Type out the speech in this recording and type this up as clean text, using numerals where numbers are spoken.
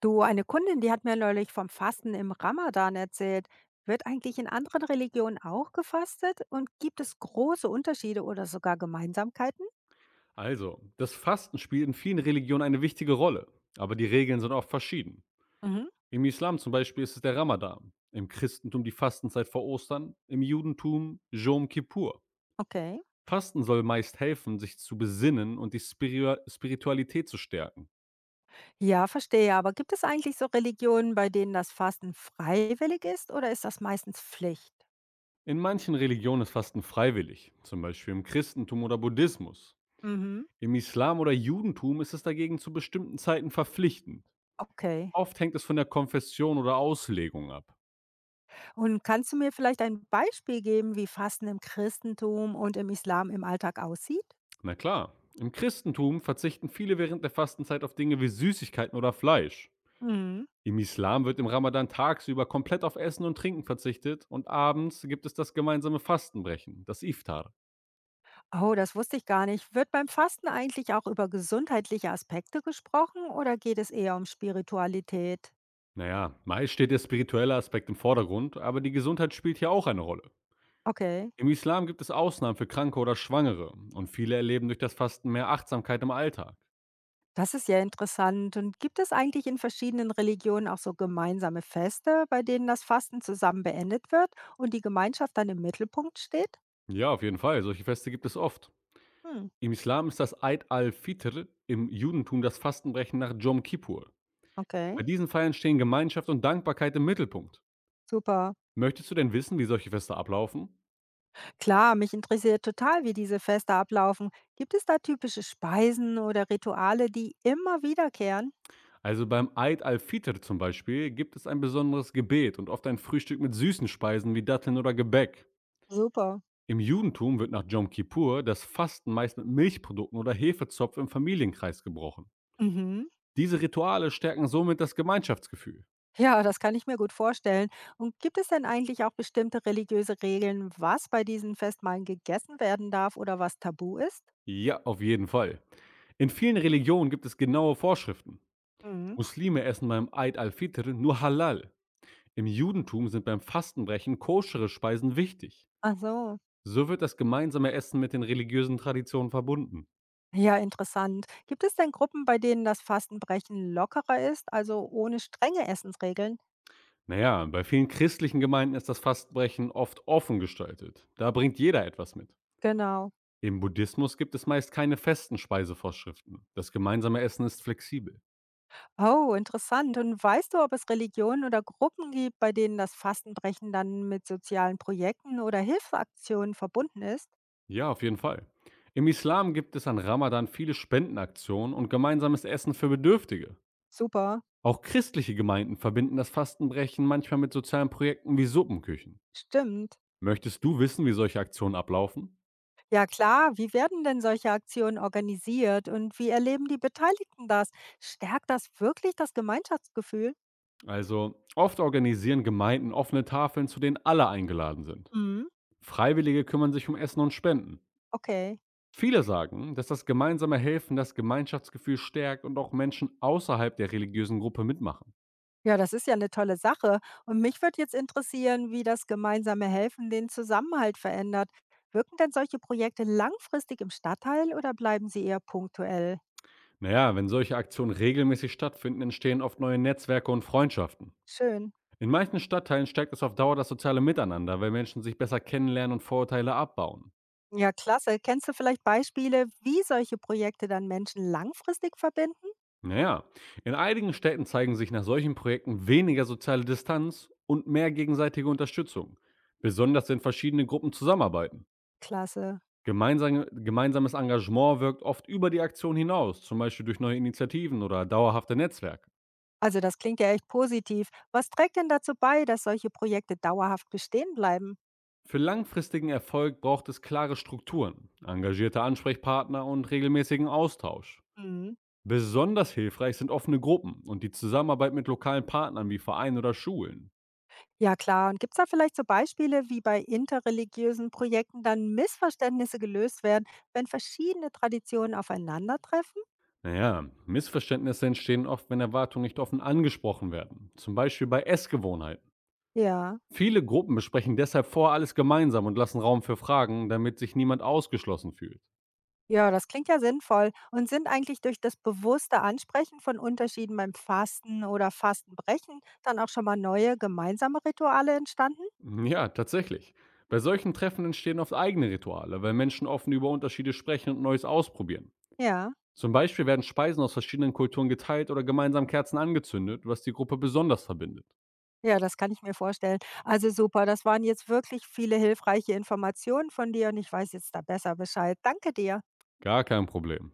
Du, eine Kundin, die hat mir neulich vom Fasten im Ramadan erzählt. Wird eigentlich in anderen Religionen auch gefastet und gibt es große Unterschiede oder sogar Gemeinsamkeiten? Also, das Fasten spielt in vielen Religionen eine wichtige Rolle, aber die Regeln sind oft verschieden. Mhm, Im Islam zum Beispiel ist es der Ramadan, im Christentum die Fastenzeit vor Ostern, im Judentum Jom Kippur. okay. Fasten soll meist helfen, sich zu besinnen und die Spiritualität zu stärken. Ja, verstehe, aber gibt es eigentlich so Religionen, bei denen das Fasten freiwillig ist oder ist das meistens Pflicht? In manchen Religionen ist Fasten freiwillig, zum Beispiel im Christentum oder Buddhismus. Mhm. Im Islam oder Judentum ist es dagegen zu bestimmten Zeiten verpflichtend. Okay. Oft hängt es von der Konfession oder Auslegung ab. Und kannst du mir vielleicht ein Beispiel geben, wie Fasten im Christentum und im Islam im Alltag aussieht? Na klar. Im Christentum verzichten viele während der Fastenzeit auf Dinge wie Süßigkeiten oder Fleisch. Mhm. Im Islam wird im Ramadan tagsüber komplett auf Essen und Trinken verzichtet und abends gibt es das gemeinsame Fastenbrechen, das Iftar. Oh, das wusste ich gar nicht. Wird beim Fasten eigentlich auch über gesundheitliche Aspekte gesprochen oder geht es eher um Spiritualität? Naja, meist steht der spirituelle Aspekt im Vordergrund, aber die Gesundheit spielt hier auch eine Rolle. Okay, Im Islam gibt es Ausnahmen für Kranke oder Schwangere und viele erleben durch das Fasten mehr Achtsamkeit im Alltag. das ist ja interessant. Und gibt es eigentlich in verschiedenen Religionen auch so gemeinsame Feste, bei denen das Fasten zusammen beendet wird und die Gemeinschaft dann im Mittelpunkt steht? Ja, auf jeden Fall, solche Feste gibt es oft. Hm, Im Islam ist das Eid al-Fitr, im Judentum das Fastenbrechen nach Jom Kippur. okay. Bei diesen Feiern stehen Gemeinschaft und Dankbarkeit im Mittelpunkt. Super. Möchtest du denn wissen, wie solche Feste ablaufen? Klar, mich interessiert total, wie diese Feste ablaufen. Gibt es da typische Speisen oder Rituale, die immer wiederkehren? Also beim Eid al-Fitr zum Beispiel gibt es ein besonderes Gebet und oft ein Frühstück mit süßen Speisen wie Datteln oder Gebäck. Super. Im Judentum wird nach Yom Kippur das Fasten meist mit Milchprodukten oder Hefezopf im Familienkreis gebrochen. Mhm. Diese Rituale stärken somit das Gemeinschaftsgefühl. Ja, das kann ich mir gut vorstellen. Und gibt es denn eigentlich auch bestimmte religiöse Regeln, was bei diesen Festmahlen gegessen werden darf oder was tabu ist? Ja, auf jeden Fall. In vielen Religionen gibt es genaue Vorschriften. Mhm. Muslime essen beim Eid al-Fitr nur Halal, im Judentum sind beim Fastenbrechen koschere Speisen wichtig. Ach so. So wird das gemeinsame Essen mit den religiösen Traditionen verbunden. Ja, interessant. Gibt es denn Gruppen, bei denen das Fastenbrechen lockerer ist, also ohne strenge Essensregeln? Naja, bei vielen christlichen Gemeinden ist das Fastenbrechen oft offen gestaltet. Da bringt jeder etwas mit. Genau. Im Buddhismus gibt es meist keine festen Speisevorschriften. Das gemeinsame Essen ist flexibel. Oh, interessant. Und weißt du, ob es Religionen oder Gruppen gibt, bei denen das Fastenbrechen dann mit sozialen Projekten oder Hilfsaktionen verbunden ist? Ja, auf jeden Fall. Im Islam gibt es an Ramadan viele Spendenaktionen und gemeinsames Essen für Bedürftige. Super. Auch christliche Gemeinden verbinden das Fastenbrechen manchmal mit sozialen Projekten wie Suppenküchen. Stimmt. Möchtest du wissen, wie solche Aktionen ablaufen? Ja klar, wie werden denn solche Aktionen organisiert und wie erleben die Beteiligten das? Stärkt das wirklich das Gemeinschaftsgefühl? Also, oft organisieren Gemeinden offene Tafeln, zu denen alle eingeladen sind. Mhm. Freiwillige kümmern sich um Essen und Spenden. Okay. Viele sagen, dass das gemeinsame Helfen das Gemeinschaftsgefühl stärkt und auch Menschen außerhalb der religiösen Gruppe mitmachen. Ja, das ist ja eine tolle Sache. Und mich würde jetzt interessieren, wie das gemeinsame Helfen den Zusammenhalt verändert. Wirken denn solche Projekte langfristig im Stadtteil oder bleiben sie eher punktuell? Naja, wenn solche Aktionen regelmäßig stattfinden, entstehen oft neue Netzwerke und Freundschaften. Schön. In manchen Stadtteilen stärkt es auf Dauer das soziale Miteinander, weil Menschen sich besser kennenlernen und Vorurteile abbauen. Ja, klasse. Kennst du vielleicht Beispiele, wie solche Projekte dann Menschen langfristig verbinden? Naja, in einigen Städten zeigen sich nach solchen Projekten weniger soziale Distanz und mehr gegenseitige Unterstützung, besonders wenn verschiedene Gruppen zusammenarbeiten. Klasse. Gemeinsames Engagement wirkt oft über die Aktion hinaus, zum Beispiel durch neue Initiativen oder dauerhafte Netzwerke. Also das klingt ja echt positiv. Was trägt denn dazu bei, dass solche Projekte dauerhaft bestehen bleiben? Für langfristigen Erfolg braucht es klare Strukturen, engagierte Ansprechpartner und regelmäßigen Austausch. Mhm. Besonders hilfreich sind offene Gruppen und die Zusammenarbeit mit lokalen Partnern wie Vereinen oder Schulen. Ja klar, und gibt es da vielleicht so Beispiele, wie bei interreligiösen Projekten dann Missverständnisse gelöst werden, wenn verschiedene Traditionen aufeinandertreffen? Naja, Missverständnisse entstehen oft, wenn Erwartungen nicht offen angesprochen werden, zum Beispiel bei Essgewohnheiten. Ja. Viele Gruppen besprechen deshalb vorher alles gemeinsam und lassen Raum für Fragen, damit sich niemand ausgeschlossen fühlt. Ja, das klingt ja sinnvoll. Und sind eigentlich durch das bewusste Ansprechen von Unterschieden beim Fasten oder Fastenbrechen dann auch schon mal neue gemeinsame Rituale entstanden? Ja, tatsächlich. Bei solchen Treffen entstehen oft eigene Rituale, weil Menschen offen über Unterschiede sprechen und Neues ausprobieren. Ja. Zum Beispiel werden Speisen aus verschiedenen Kulturen geteilt oder gemeinsam Kerzen angezündet, was die Gruppe besonders verbindet. Ja, das kann ich mir vorstellen. Also super, das waren jetzt wirklich viele hilfreiche Informationen von dir und ich weiß jetzt da besser Bescheid. Danke dir. Gar kein Problem.